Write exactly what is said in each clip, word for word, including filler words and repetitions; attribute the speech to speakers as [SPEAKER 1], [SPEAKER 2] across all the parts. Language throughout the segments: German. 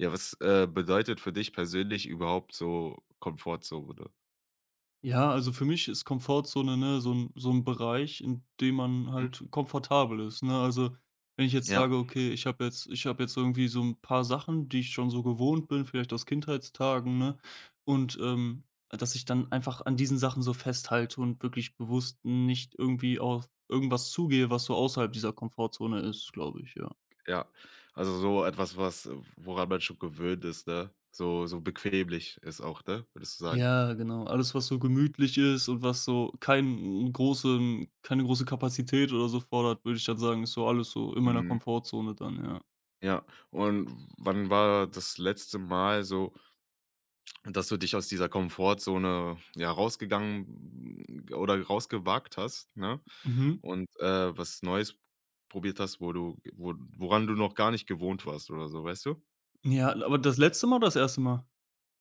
[SPEAKER 1] Ja, was, äh, bedeutet für dich persönlich überhaupt so Komfortzone?
[SPEAKER 2] Ja, also für mich ist Komfortzone, ne, so ein so ein Bereich, in dem man
[SPEAKER 1] Mhm,
[SPEAKER 2] halt komfortabel ist, ne? Also, wenn ich jetzt
[SPEAKER 1] ja.
[SPEAKER 2] sage: „Okay, ich habe jetzt ich habe jetzt irgendwie so ein paar Sachen, die ich schon so gewohnt bin, vielleicht aus Kindheitstagen, ne?“ Und, ähm, dass ich dann einfach an diesen Sachen so festhalte und wirklich bewusst nicht irgendwie auf irgendwas zugehe, was so außerhalb dieser Komfortzone ist, glaube ich, ja.
[SPEAKER 1] Ja, also so etwas, was äh, woran man schon gewöhnt ist, ne? So so bequemlich ist auch, ne, würdest du sagen?
[SPEAKER 2] Ja, genau. Alles, was so gemütlich ist und was so kein große, keine große Kapazität oder so fordert, würde ich dann sagen, ist so alles so in meiner
[SPEAKER 1] Mhm.
[SPEAKER 2] Komfortzone dann, ja.
[SPEAKER 1] Ja, und wann war das letzte Mal so, dass du dich aus dieser Komfortzone, ja, rausgegangen mm, oder rausgewagt hast, ne?
[SPEAKER 2] Mhm.
[SPEAKER 1] Und, äh, was Neues probiert hast, wo du wo woran du noch gar nicht gewohnt warst oder so, weißt du?
[SPEAKER 2] Ja, aber das letzte Mal oder das erste Mal?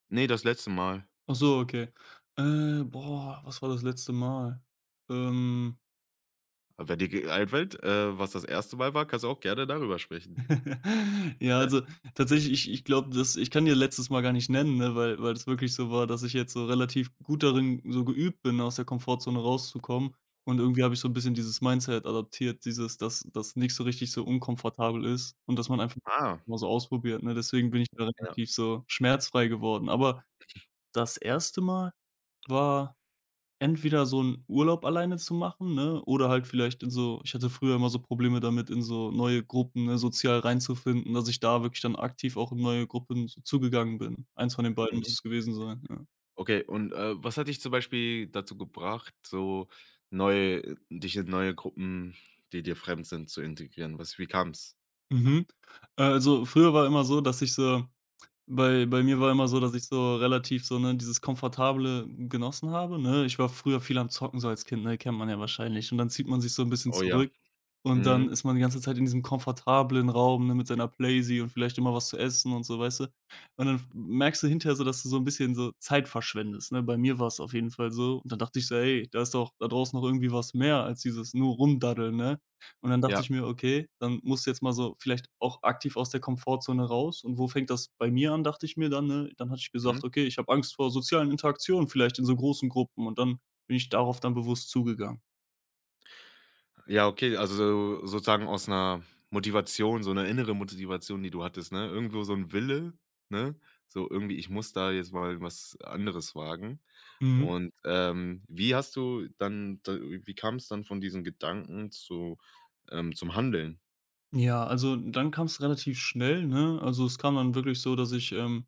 [SPEAKER 1] Ne, das letzte Mal.
[SPEAKER 2] Ach so, okay. Äh, boah, was war das letzte Mal? Ähm
[SPEAKER 1] Aber die Altwelt, äh, was das erste Mal war, kannst du auch gerne darüber sprechen.
[SPEAKER 2] Ja,
[SPEAKER 1] Ja.
[SPEAKER 2] also tatsächlich, ich ich glaube, dass ich kann dir letztes Mal gar nicht nennen, ne, weil weil es wirklich so war, dass ich jetzt so relativ gut darin so geübt bin, aus der Komfortzone rauszukommen. Und irgendwie habe ich so ein bisschen dieses Mindset adaptiert, dieses, dass das nicht so richtig so unkomfortabel ist und dass man einfach
[SPEAKER 1] Ah,
[SPEAKER 2] mal so ausprobiert, ne? Deswegen bin ich da
[SPEAKER 1] ja.
[SPEAKER 2] relativ so schmerzfrei geworden. Aber das erste Mal war entweder so 'n Urlaub alleine zu machen, ne, oder halt vielleicht in so ich hatte früher immer so Probleme damit, in so neue Gruppen, ne, sozial reinzufinden, dass ich da wirklich dann aktiv auch in neue Gruppen so zugegangen bin. Eins von den beiden muss
[SPEAKER 1] Mhm.
[SPEAKER 2] es gewesen sein, ja.
[SPEAKER 1] Okay, und, äh, was hat dich zum Beispiel dazu gebracht, so neue, äh, dich in neue Gruppen, die dir fremd sind, zu integrieren? Was wie kam's?
[SPEAKER 2] Mhm. Äh, also, früher war immer so, dass ich so bei bei mir war immer so, dass ich so relativ so, ne, dieses Komfortable genossen habe, ne? Ich war früher viel am Zocken so als Kind, ne, kennt man ja wahrscheinlich. Und dann zieht man sich so ein bisschen
[SPEAKER 1] Oh ja.
[SPEAKER 2] zurück und dann
[SPEAKER 1] Mhm.
[SPEAKER 2] ist man die ganze Zeit in diesem komfortablen Raum, ne, mit seiner Playsee und vielleicht immer was zu essen und so, weißt du? Und dann f merkst du hinterher so, dass du so ein bisschen so Zeit verschwendest, ne? Bei mir war es auf jeden Fall so. Und dann dachte ich so: „Ey, da ist doch da draußen noch irgendwie was mehr als dieses nur Rumdaddeln“, ne? Und dann dachte
[SPEAKER 1] Ja.
[SPEAKER 2] ich mir: „Okay, dann musst du jetzt mal so vielleicht auch aktiv aus der Komfortzone raus.“ Und wo fängt das bei mir an, dachte ich mir dann, ne? Dann hatte ich
[SPEAKER 1] Mhm.
[SPEAKER 2] gesagt: „Okay, ich habe Angst vor sozialen Interaktionen vielleicht in so großen Gruppen.“ Und dann bin ich darauf dann bewusst zugegangen.
[SPEAKER 1] Ja, okay, also so sozusagen aus einer Motivation, so eine innere Motivation, die du hattest, ne? Irgendwo so ein Wille, ne? So irgendwie: „Ich muss da jetzt mal was anderes wagen.“
[SPEAKER 2] Mhm.
[SPEAKER 1] Und, ähm, wie hast du dann da wie kam es dann von diesen Gedanken zu ähm, zum Handeln?
[SPEAKER 2] Ja, also, dann kam es relativ schnell, ne? Also, es kam dann wirklich so, dass ich, ähm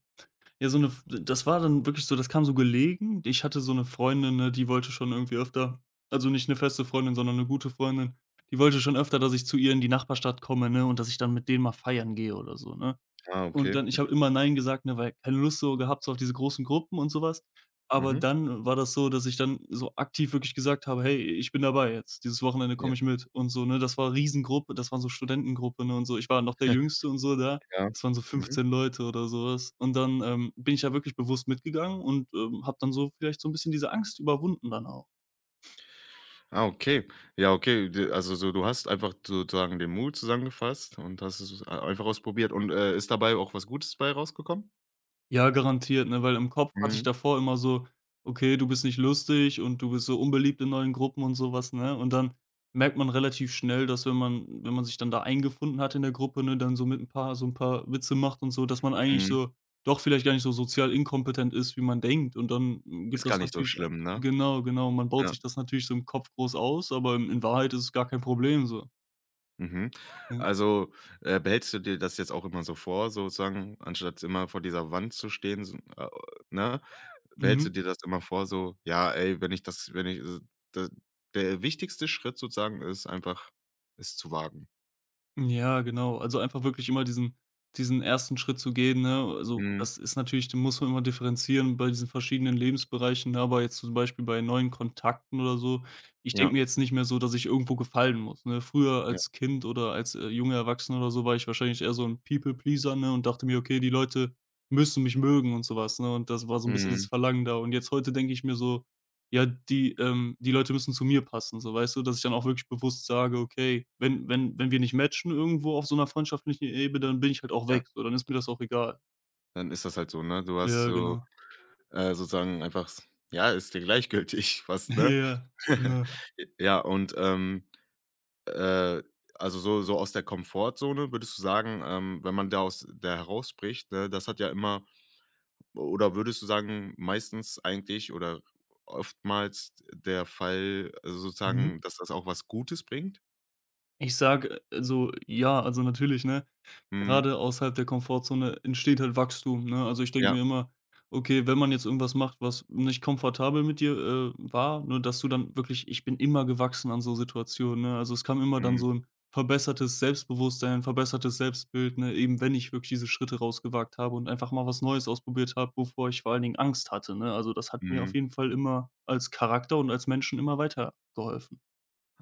[SPEAKER 2] Ja, so 'ne F das war dann wirklich so das kam so gelegen. Ich hatte so 'ne Freundin, ne, die wollte schon irgendwie öfter also nicht 'ne feste Freundin, sondern 'ne gute Freundin, die wollte schon öfter, dass ich zu ihr in die Nachbarstadt komme, ne, und dass ich dann mit denen mal feiern gehe oder so, ne?
[SPEAKER 1] Ah,
[SPEAKER 2] Und
[SPEAKER 1] okay.
[SPEAKER 2] dann ich habe immer „nein“ gesagt, ne, weil keine Lust so gehabt, so auf diese großen Gruppen und sowas. Aber
[SPEAKER 1] Mhm.
[SPEAKER 2] dann war das so, dass ich dann so aktiv wirklich gesagt habe: „Hey, ich bin dabei jetzt. Dieses Wochenende
[SPEAKER 1] Ja.
[SPEAKER 2] komme ich mit“ und so, ne? Das war Riesengruppe, das waren so Studentengruppe, ne, und so. Ich war noch der Jüngste und so da.
[SPEAKER 1] Ja.
[SPEAKER 2] Das waren so
[SPEAKER 1] Mhm.
[SPEAKER 2] fünfzehn Leute oder sowas. Und dann, ähm, bin ich ja wirklich bewusst mitgegangen und, ähm, habe dann so vielleicht so ein bisschen diese Angst überwunden dann auch.
[SPEAKER 1] Ah, okay. Ja, okay. D Also so, du hast einfach sozusagen den Mut zusammengefasst und hast es ei einfach ausprobiert und, äh, ist dabei auch was Gutes bei rausgekommen?
[SPEAKER 2] Ja, garantiert, ne? Weil im Kopf hatte ich
[SPEAKER 1] Mhm,
[SPEAKER 2] davor immer so: „Okay, du bist nicht lustig und du bist so unbeliebt in neuen Gruppen“ und sowas, ne? Und dann merkt man relativ schnell, dass wenn man wenn man sich dann da eingefunden hat in der Gruppe, ne, dann so mit ein paar so ein paar Witze macht und so, dass man eigentlich
[SPEAKER 1] mhm.
[SPEAKER 2] so doch vielleicht gar nicht so sozial inkompetent ist, wie man denkt. Und dann, hm, gibt
[SPEAKER 1] Ist gar
[SPEAKER 2] das
[SPEAKER 1] nicht so
[SPEAKER 2] natürlich ein
[SPEAKER 1] schlimm, ne?
[SPEAKER 2] genau, genau. Man baut
[SPEAKER 1] Ja.
[SPEAKER 2] sich das natürlich so im Kopf groß aus, aber in in Wahrheit ist es gar kein Problem so.
[SPEAKER 1] Mhm.
[SPEAKER 2] Ja.
[SPEAKER 1] Also, äh, behältst du dir das jetzt auch immer so vor, sozusagen, anstatt immer vor dieser Wand zu stehen, so, äh, ne? Behältst du
[SPEAKER 2] Mhm.
[SPEAKER 1] dir das immer vor, so: „Ja, ey, wenn ich das wenn ich s d der wichtigste Schritt sozusagen ist einfach, es zu wagen.“
[SPEAKER 2] Ja, genau. Also, einfach wirklich immer diesen diesen ersten. Schritt zu gehen, ne? Also,
[SPEAKER 1] Mhm.
[SPEAKER 2] das ist natürlich den muss man immer differenzieren bei diesen verschiedenen Lebensbereichen, ne? Aber jetzt zum Beispiel bei neuen Kontakten oder so, ich denke
[SPEAKER 1] Ja,
[SPEAKER 2] mir jetzt nicht mehr so, dass ich irgendwo gefallen muss, ne? Früher
[SPEAKER 1] ja.
[SPEAKER 2] als Kind oder als, äh, junger Erwachsener oder so war ich wahrscheinlich eher so ein People Pleaser, ne, und dachte mir: „Okay, die Leute müssen mich mögen“ und sowas, ne? Und das war so ein bisschen dieses
[SPEAKER 1] Mhm.
[SPEAKER 2] Verlangen da. Und jetzt heute denke ich mir so ja, die ähm, die Leute müssen zu mir passen, so, weißt du? Dass ich dann auch wirklich bewusst sage: „Okay, wenn wenn wenn wir nicht matchen irgendwo auf so einer freundschaftlichen Ebene, dann bin ich halt auch
[SPEAKER 1] Ja,
[SPEAKER 2] weg, so, dann ist mir das auch egal.“
[SPEAKER 1] dann ist das halt so, ne? Du hast
[SPEAKER 2] Ja,
[SPEAKER 1] so,
[SPEAKER 2] genau.
[SPEAKER 1] äh, sozusagen einfach s ja, ist dir gleichgültig fast, ne?
[SPEAKER 2] Ja, genau.
[SPEAKER 1] Ja, und, ähm Äh, also so so aus der Komfortzone, würdest du sagen, ähm, wenn man da aus der herausbricht, ne, das hat ja immer oder würdest du sagen, meistens eigentlich oder oftmals der Fall, also
[SPEAKER 2] Mhm.
[SPEAKER 1] sozusagen, dass das auch was Gutes bringt?
[SPEAKER 2] Ich sage, äh, also ja, also natürlich, ne?
[SPEAKER 1] Mhm.
[SPEAKER 2] Gerade außerhalb der Komfortzone entsteht halt Wachstum, ne? Also, ich denke
[SPEAKER 1] Ja.
[SPEAKER 2] mir immer: „Okay, wenn man jetzt irgendwas macht, was nicht komfortabel mit dir, äh, war“, ne, dass du dann wirklich ich bin immer gewachsen an so Situationen, ne? Also, es kam immer dann
[SPEAKER 1] Mhm.
[SPEAKER 2] so ein verbessertes Selbstbewusstsein, verbessertes Selbstbild, ne, eben wenn ich wirklich diese Schritte rausgewagt habe und einfach mal was Neues ausprobiert habe, wovor ich vor allen Dingen Angst hatte, ne? Also, das hat mir auf
[SPEAKER 1] Mhm.
[SPEAKER 2] jeden Fall immer als Charakter und als Menschen immer weitergeholfen.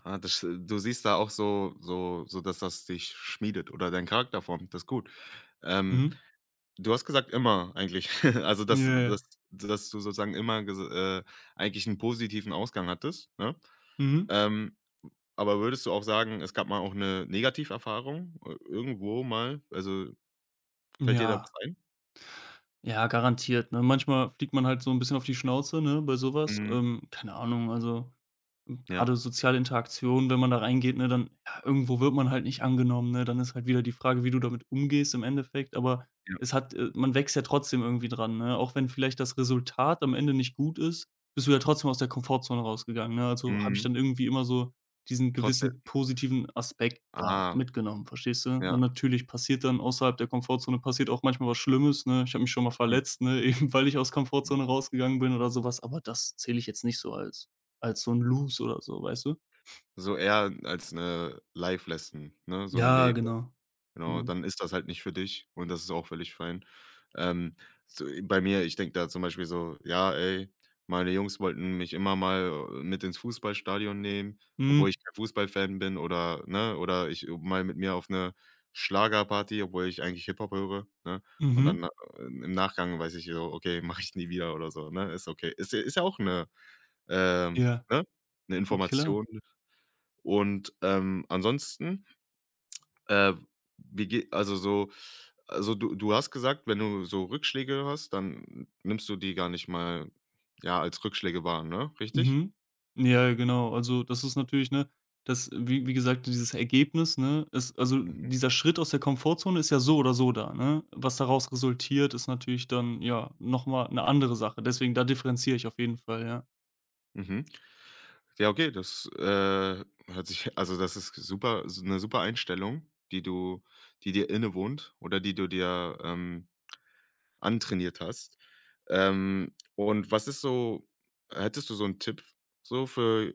[SPEAKER 1] Ah, das äh, du siehst da auch so so so, dass das dich schmiedet oder deinen Charakter formt. Das ist gut. Ähm,
[SPEAKER 2] Mhm.
[SPEAKER 1] Du hast gesagt: „Immer“ eigentlich. Also, dass
[SPEAKER 2] Ja,
[SPEAKER 1] dass
[SPEAKER 2] ja.
[SPEAKER 1] dass du sozusagen immer ges äh, eigentlich einen positiven Ausgang hattest, ne?
[SPEAKER 2] Mhm.
[SPEAKER 1] Ähm, aber würdest du auch sagen, es gab mal auch 'ne Negativerfahrung, äh, irgendwo mal? Also, fällt dir da was
[SPEAKER 2] Ja.
[SPEAKER 1] ein?
[SPEAKER 2] Ja, garantiert, ne? Manchmal fliegt man halt so ein bisschen auf die Schnauze, ne, bei sowas.
[SPEAKER 1] Mhm.
[SPEAKER 2] Ähm, keine Ahnung, also
[SPEAKER 1] Ja,
[SPEAKER 2] gerade soziale Interaktion, wenn man da reingeht, ne, dann ja, irgendwo wird man halt nicht angenommen, ne? Dann ist halt wieder die Frage, wie du damit umgehst im Endeffekt, aber
[SPEAKER 1] ja.
[SPEAKER 2] es hat äh, man wächst ja trotzdem irgendwie dran, ne? Auch wenn vielleicht das Resultat am Ende nicht gut ist, bist du ja trotzdem aus der Komfortzone rausgegangen, ne? Also, habe ich
[SPEAKER 1] Mhm.
[SPEAKER 2] dann irgendwie immer so diesen
[SPEAKER 1] Trotzdem
[SPEAKER 2] gewissen positiven Aspekt, ja,
[SPEAKER 1] ah,
[SPEAKER 2] mitgenommen, verstehst du? Na,
[SPEAKER 1] ja.
[SPEAKER 2] natürlich passiert dann außerhalb der Komfortzone passiert auch manchmal was Schlimmes, ne? Ich habe mich schon mal
[SPEAKER 1] Hm,
[SPEAKER 2] verletzt, ne, eben weil ich aus Komfortzone
[SPEAKER 1] hm.
[SPEAKER 2] rausgegangen bin oder sowas, aber das zähle ich jetzt nicht so als als so 'n Loose oder so, weißt du?
[SPEAKER 1] So eher als 'ne Life Lesson, ne, so 'ne
[SPEAKER 2] Ja,
[SPEAKER 1] Lehre.
[SPEAKER 2] genau.
[SPEAKER 1] Genau,
[SPEAKER 2] Genau.
[SPEAKER 1] dann ist das halt nicht für dich und das ist auch völlig fein. Ähm, so äh, bei mir, ich denke da zum Beispiel so: „Ja, ey, meine Jungs wollten mich immer mal, äh, mit ins Fußballstadion nehmen,
[SPEAKER 2] Mhm.
[SPEAKER 1] obwohl ich kein Fußballfan bin oder ne, oder ich äh, mal mit mir auf eine Schlagerparty, obwohl ich eigentlich Hip-Hop höre“, ne? Und
[SPEAKER 2] Mhm.
[SPEAKER 1] dann, äh, im Nachgang weiß ich so: „Okay, mache ich nie wieder“ oder so, ne? Ist okay. Ist ja ist ja auch eine ähm,
[SPEAKER 2] Ja,
[SPEAKER 1] ne, eine
[SPEAKER 2] klar.
[SPEAKER 1] Information und, ähm, ansonsten äh, wie ge also so also du du hast gesagt, wenn du so Rückschläge hast, dann nimmst du die gar nicht mal, ja, als Rückschläge wahr, ne? Richtig?
[SPEAKER 2] Mhm. Ja, genau. Also, das ist natürlich, ne das wie wie gesagt, dieses Ergebnis, ne, ist also, dieser Schritt aus der Komfortzone ist ja so oder so da, ne? Was daraus resultiert, ist natürlich dann, ja, noch mal 'ne andere Sache. Deswegen, da differenziere ich auf jeden Fall, ja.
[SPEAKER 1] Mhm. Ja, okay, das, äh, hört sich also das ist super s 'ne super Einstellung, die du die dir innewohnt oder die du dir, ähm antrainiert hast. Ähm, und was ist so hättest du so einen Tipp so für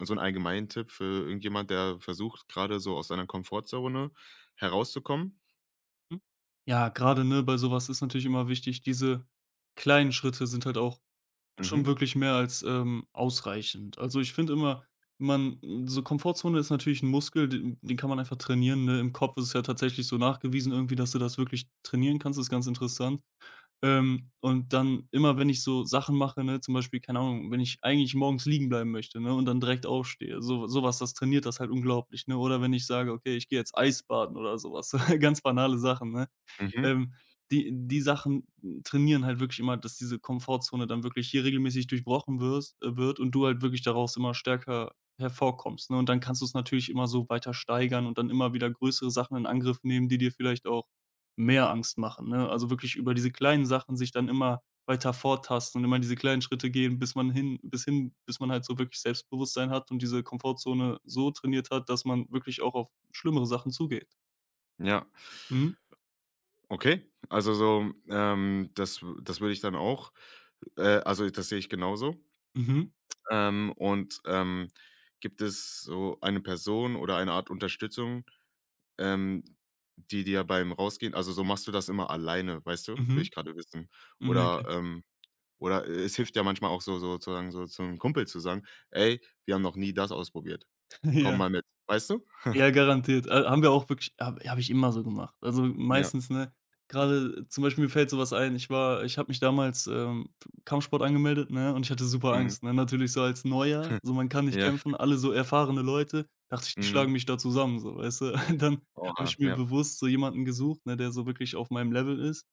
[SPEAKER 1] so einen allgemeinen Tipp für irgendjemand, der versucht, gerade so aus seiner Komfortzone herauszukommen?
[SPEAKER 2] Mhm. Ja, grade, ne, bei so was ist natürlich immer wichtig diese kleinen Schritte sind halt auch
[SPEAKER 1] Mhm,
[SPEAKER 2] schon wirklich mehr als, ähm, ausreichend. Also, ich finde immer, man hm, so Komfortzone ist natürlich ein Muskel, den den kann man einfach trainieren, ne? Im Kopf ist es ja tatsächlich so nachgewiesen irgendwie, dass du das wirklich trainieren kannst, ist ganz interessant. Ähm, und dann immer, wenn ich so Sachen mache, ne, zum Beispiel, keine Ahnung, wenn ich eigentlich morgens liegen bleiben möchte, ne, und dann direkt aufstehe, so sowas, das trainiert das halt unglaublich, ne? Oder wenn ich sage: „Okay, ich gehe jetzt Eisbaden“ oder sowas, ganz banale Sachen, ne?
[SPEAKER 1] mhm,
[SPEAKER 2] Ähm, Die die Sachen trainieren halt wirklich immer, dass diese Komfortzone dann wirklich hier regelmäßig durchbrochen wirst äh, wird und du halt wirklich daraus immer stärker hervorkommst, ne? Und dann kannst du es natürlich immer so weiter steigern und dann immer wieder größere Sachen in Angriff nehmen, die dir vielleicht auch mehr Angst machen, ne? Also, wirklich über diese kleinen Sachen sich dann immer weiter vortasten und immer diese kleinen Schritte gehen, bis man hin bis hin bis man halt so wirklich Selbstbewusstsein hat und diese Komfortzone so trainiert hat, dass man wirklich auch auf schlimmere Sachen zugeht.
[SPEAKER 1] ja.
[SPEAKER 2] Mhm.
[SPEAKER 1] Okay, also so, ähm, das w das würde ich dann auch äh, also das sehe ich genauso.
[SPEAKER 2] Mhm.
[SPEAKER 1] Ähm, und, ähm, gibt es so eine Person oder eine Art Unterstützung, Ähm, die dir beim Rausgehen also, so machst du das immer alleine, weißt du? Will
[SPEAKER 2] Mhm.
[SPEAKER 1] ich grade wissen.
[SPEAKER 2] Mhm. Ja,
[SPEAKER 1] Oder,
[SPEAKER 2] okay.
[SPEAKER 1] ähm oder äh, es hilft ja manchmal auch so so sozusagen so zum Kumpel zu sagen: „Ey, wir haben noch nie das ausprobiert. Komm
[SPEAKER 2] Ja,
[SPEAKER 1] mal mit.“ Weißt du?
[SPEAKER 2] ja, garantiert. Ha haben wir auch wirklich habe habe ich immer so gemacht. Also,
[SPEAKER 1] Ja.
[SPEAKER 2] meistens, ne gerade zum Beispiel mir fällt so was ein. Ich war ich habe mich damals, ähm, Kampfsport angemeldet, ne, und ich hatte super
[SPEAKER 1] Mhm.
[SPEAKER 2] Angst, ne? Natürlich so als Neuer, so man kann nicht
[SPEAKER 1] Ja.
[SPEAKER 2] kämpfen, alle so erfahrene Leute, dachte ich, die schlagen
[SPEAKER 1] Mhm.
[SPEAKER 2] mich da zusammen, so, weißt du? Dann habe
[SPEAKER 1] Oha,
[SPEAKER 2] ich mir
[SPEAKER 1] ja.
[SPEAKER 2] bewusst so jemanden gesucht, ne, der so wirklich auf meinem Level ist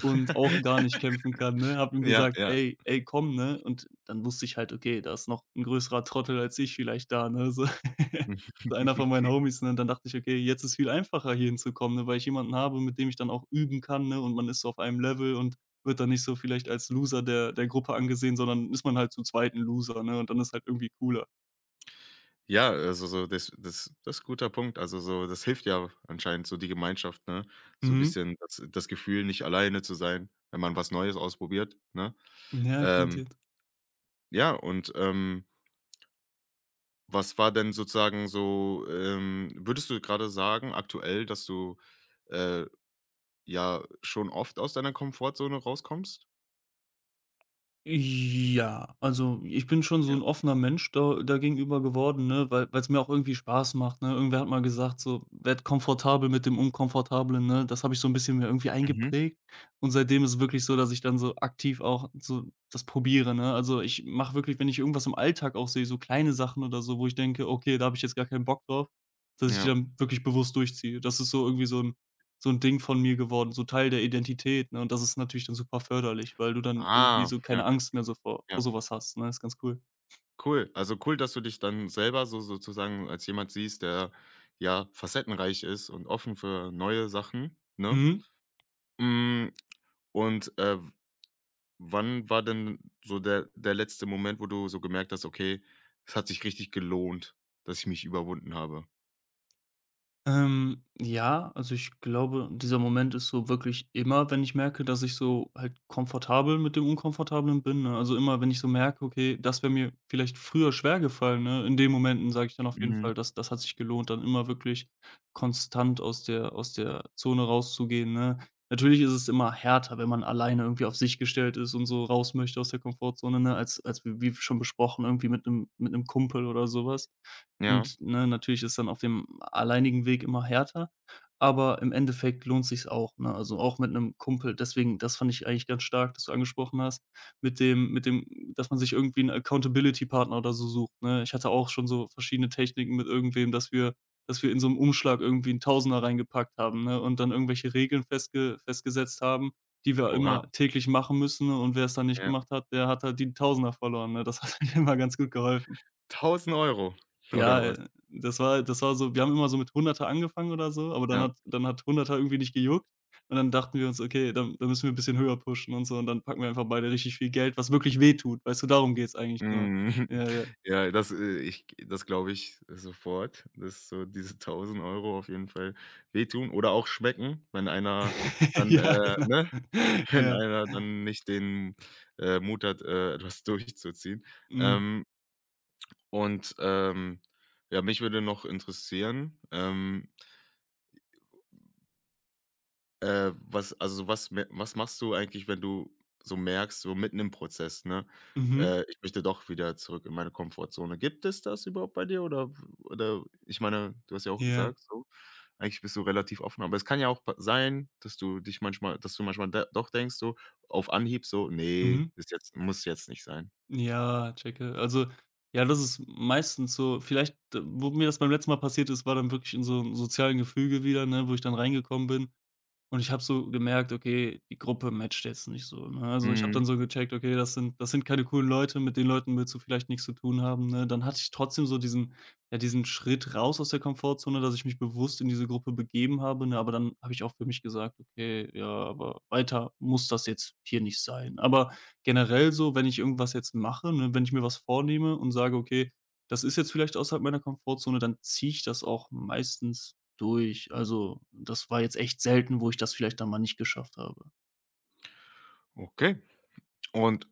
[SPEAKER 2] und auch gar nicht kämpfen kann, ne? Habe ihm
[SPEAKER 1] Ja,
[SPEAKER 2] gesagt:
[SPEAKER 1] ja.
[SPEAKER 2] „Ey ey, komm“, ne? Und dann wusste ich halt, okay, da ist noch ein größerer Trottel als ich vielleicht da, ne, so. Einer von meinen Homies, ne? Und dann dachte ich: „Okay, jetzt ist viel einfacher, hier hinzukommen, ne, weil ich jemanden habe, mit dem ich dann auch üben kann, ne, und man ist so auf einem Level und wird dann nicht so vielleicht als Loser der der Gruppe angesehen, sondern ist man halt zu zweiten Loser, ne, und dann ist halt irgendwie cooler.“
[SPEAKER 1] Ja, also, so das das das ist guter Punkt. Also, so das hilft ja anscheinend so die Gemeinschaft, ne? So
[SPEAKER 2] Mhm.
[SPEAKER 1] bisschen das das Gefühl, nicht alleine zu sein, wenn man was Neues ausprobiert, ne?
[SPEAKER 2] Ja,
[SPEAKER 1] Ähm
[SPEAKER 2] garantiert.
[SPEAKER 1] Ja, und, ähm, was war denn sozusagen so, ähm würdest du gerade sagen aktuell, dass du, äh, ja schon oft aus deiner Komfortzone rauskommst?
[SPEAKER 2] Ja, also ich bin schon so
[SPEAKER 1] Ja.
[SPEAKER 2] ein offener Mensch da dagegenüber geworden, ne, weil es mir auch irgendwie Spaß macht, ne? Irgendwer hat mal gesagt so: „Werd komfortabel mit dem Unkomfortablen“, ne? Das habe ich so ein bisschen mir irgendwie
[SPEAKER 1] Mhm.
[SPEAKER 2] eingeprägt, und seitdem ist es wirklich so, dass ich dann so aktiv auch so das probiere, ne? Also, ich mache wirklich, wenn ich irgendwas im Alltag auch sehe, so kleine Sachen oder so, wo ich denke: „Okay, da habe ich jetzt gar keinen Bock drauf“, dass ich die
[SPEAKER 1] Ja.
[SPEAKER 2] dann wirklich bewusst durchziehe. Das ist so irgendwie so ein so 'n Ding von mir geworden, so Teil der Identität, ne? Und das ist natürlich dann super förderlich, weil du dann irgendwie
[SPEAKER 1] Ah,
[SPEAKER 2] so
[SPEAKER 1] ja,
[SPEAKER 2] keine
[SPEAKER 1] okay,
[SPEAKER 2] Angst mehr so vor
[SPEAKER 1] ja.
[SPEAKER 2] vor so was hast, ne? Ist ganz cool.
[SPEAKER 1] Cool. Also, cool, dass du dich dann selber so sozusagen als jemand siehst, der, ja, facettenreich ist und offen für neue Sachen, ne?
[SPEAKER 2] Mhm.
[SPEAKER 1] Hm, und, äh wann war denn so der der letzte Moment, wo du so gemerkt hast: „Okay, es hat sich richtig gelohnt, dass ich mich überwunden habe?“
[SPEAKER 2] Ähm, ja, also ich glaube, dieser Moment ist so wirklich immer, wenn ich merke, dass ich so halt komfortabel mit dem Unkomfortablen bin, ne? Also immer, wenn ich so merke, okay, das wäre mir vielleicht früher schwer gefallen, ne? In den Momenten sage ich dann auf jeden
[SPEAKER 1] Mhm.
[SPEAKER 2] Fall, dass das hat sich gelohnt, dann immer wirklich konstant aus der, aus der Zone rauszugehen, ne? Natürlich ist es immer härter, wenn man alleine irgendwie auf sich gestellt ist und so raus möchte aus der Komfortzone, ne? Als, als wie wie schon besprochen, irgendwie mit einem, mit einem Kumpel oder sowas.
[SPEAKER 1] Ja.
[SPEAKER 2] Und, ne, natürlich ist dann auf dem alleinigen Weg immer härter, aber im Endeffekt lohnt sich's auch, ne? Also, auch mit 'nem Kumpel. Deswegen, das fand ich eigentlich ganz stark, dass du angesprochen hast, mit dem mit dem dass man sich irgendwie 'n Accountability-Partner oder so sucht, ne? Ich hatte auch schon so verschiedene Techniken mit irgendwem, dass wir dass wir in so 'nem Umschlag irgendwie 'n Tausender reingepackt haben, ne, und dann irgendwelche Regeln festge festgesetzt haben, die wir
[SPEAKER 1] Oha,
[SPEAKER 2] immer täglich machen müssen, und wer's dann nicht
[SPEAKER 1] ja.
[SPEAKER 2] gemacht hat, der hat halt die Tausender verloren, ne? Das hat mir immer ganz gut geholfen.
[SPEAKER 1] Tausend Euro oder
[SPEAKER 2] Ja,
[SPEAKER 1] was?
[SPEAKER 2] äh, das war das war so, wir haben immer so mit hundert angefangen oder so, aber dann
[SPEAKER 1] Ja.
[SPEAKER 2] hat dann hat hundert irgendwie nicht gejuckt, und dann dachten wir uns: „Okay, dann dann müssen wir 'n bisschen höher pushen und so, und dann packen wir einfach beide richtig viel Geld, was wirklich wehtut.“ Weißt du, darum geht's eigentlich nur.
[SPEAKER 1] Mhm.
[SPEAKER 2] Ja, ja.
[SPEAKER 1] Ja, das, äh ich das glaube ich sofort, dass so diese tausend Euro auf jeden Fall wehtun oder auch schmecken, wenn einer dann,
[SPEAKER 2] Ja,
[SPEAKER 1] äh
[SPEAKER 2] genau.
[SPEAKER 1] ne? Wenn
[SPEAKER 2] Ja,
[SPEAKER 1] einer dann nicht den, äh, Mut hat, äh, etwas durchzuziehen.
[SPEAKER 2] mhm.
[SPEAKER 1] Ähm Und, ähm, ja, mich würde noch interessieren, ähm, äh, was also, was me was machst du eigentlich, wenn du so merkst, so mitten im Prozess, ne,
[SPEAKER 2] Mhm.
[SPEAKER 1] äh: „Ich möchte doch wieder zurück in meine Komfortzone.“ Gibt es das überhaupt bei dir oder oder ich meine, du hast ja auch
[SPEAKER 2] Ja.
[SPEAKER 1] gesagt so, eigentlich bist du relativ offen, aber es kann ja auch pa sein, dass du dich manchmal dass du manchmal da doch denkst so auf Anhieb so: nee,
[SPEAKER 2] Mhm.
[SPEAKER 1] ist jetzt muss jetzt nicht sein.“
[SPEAKER 2] Ja, checke. Also, ja, das ist meistens so vielleicht, äh, wo mir das beim letzten Mal passiert ist, war dann wirklich in so 'nem sozialen Gefüge wieder, ne, wo ich dann reingekommen bin. Und ich habe so gemerkt, okay, die Gruppe matcht jetzt nicht so, ne? Also, ich habe dann
[SPEAKER 1] Mhm,
[SPEAKER 2] so gecheckt, okay, das sind das sind keine coolen Leute, mit den Leuten willst du vielleicht nichts zu tun haben, ne? Dann hatte ich trotzdem so diesen, ja, diesen Schritt raus aus der Komfortzone, dass ich mich bewusst in diese Gruppe begeben habe, ne? Aber dann habe ich auch für mich gesagt: „Okay, ja, aber weiter muss das jetzt hier nicht sein.“ Aber generell so, wenn ich irgendwas jetzt mache, ne, wenn ich mir was vornehme und sage: „Okay, das ist jetzt vielleicht außerhalb meiner Komfortzone“, dann ziehe ich das auch meistens durch. Also, das war jetzt echt selten, wo ich das vielleicht dann mal nicht geschafft habe.
[SPEAKER 1] okay. Und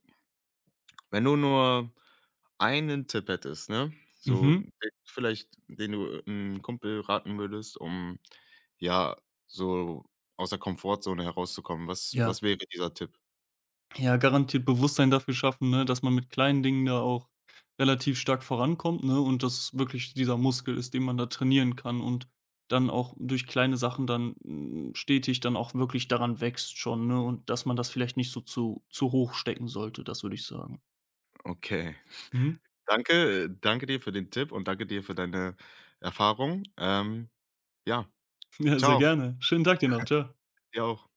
[SPEAKER 1] Wenn du nur einen Tipp hättest, ne? So,
[SPEAKER 2] Mhm.
[SPEAKER 1] der- vielleicht, den du einem Kumpel raten würdest, um, ja, so aus der Komfortzone herauszukommen. Was
[SPEAKER 2] Ja.
[SPEAKER 1] was wäre dieser Tipp?
[SPEAKER 2] Ja, garantiert Bewusstsein dafür schaffen, ne, dass man mit kleinen Dingen da auch relativ stark vorankommt, ne, und dass es wirklich dieser Muskel ist, den man da trainieren kann und dann auch durch kleine Sachen dann, hm, stetig dann auch wirklich daran wächst schon, ne, und dass man das vielleicht nicht so zu zu hoch stecken sollte, das würde ich sagen.
[SPEAKER 1] Okay.
[SPEAKER 2] Mhm.
[SPEAKER 1] Danke äh, danke dir für den Tipp und danke dir für deine Erfahrung. Ähm, ja,
[SPEAKER 2] Ja, sehr
[SPEAKER 1] ciao,
[SPEAKER 2] gerne. Schönen Tag dir noch. Ciao.
[SPEAKER 1] Dir auch.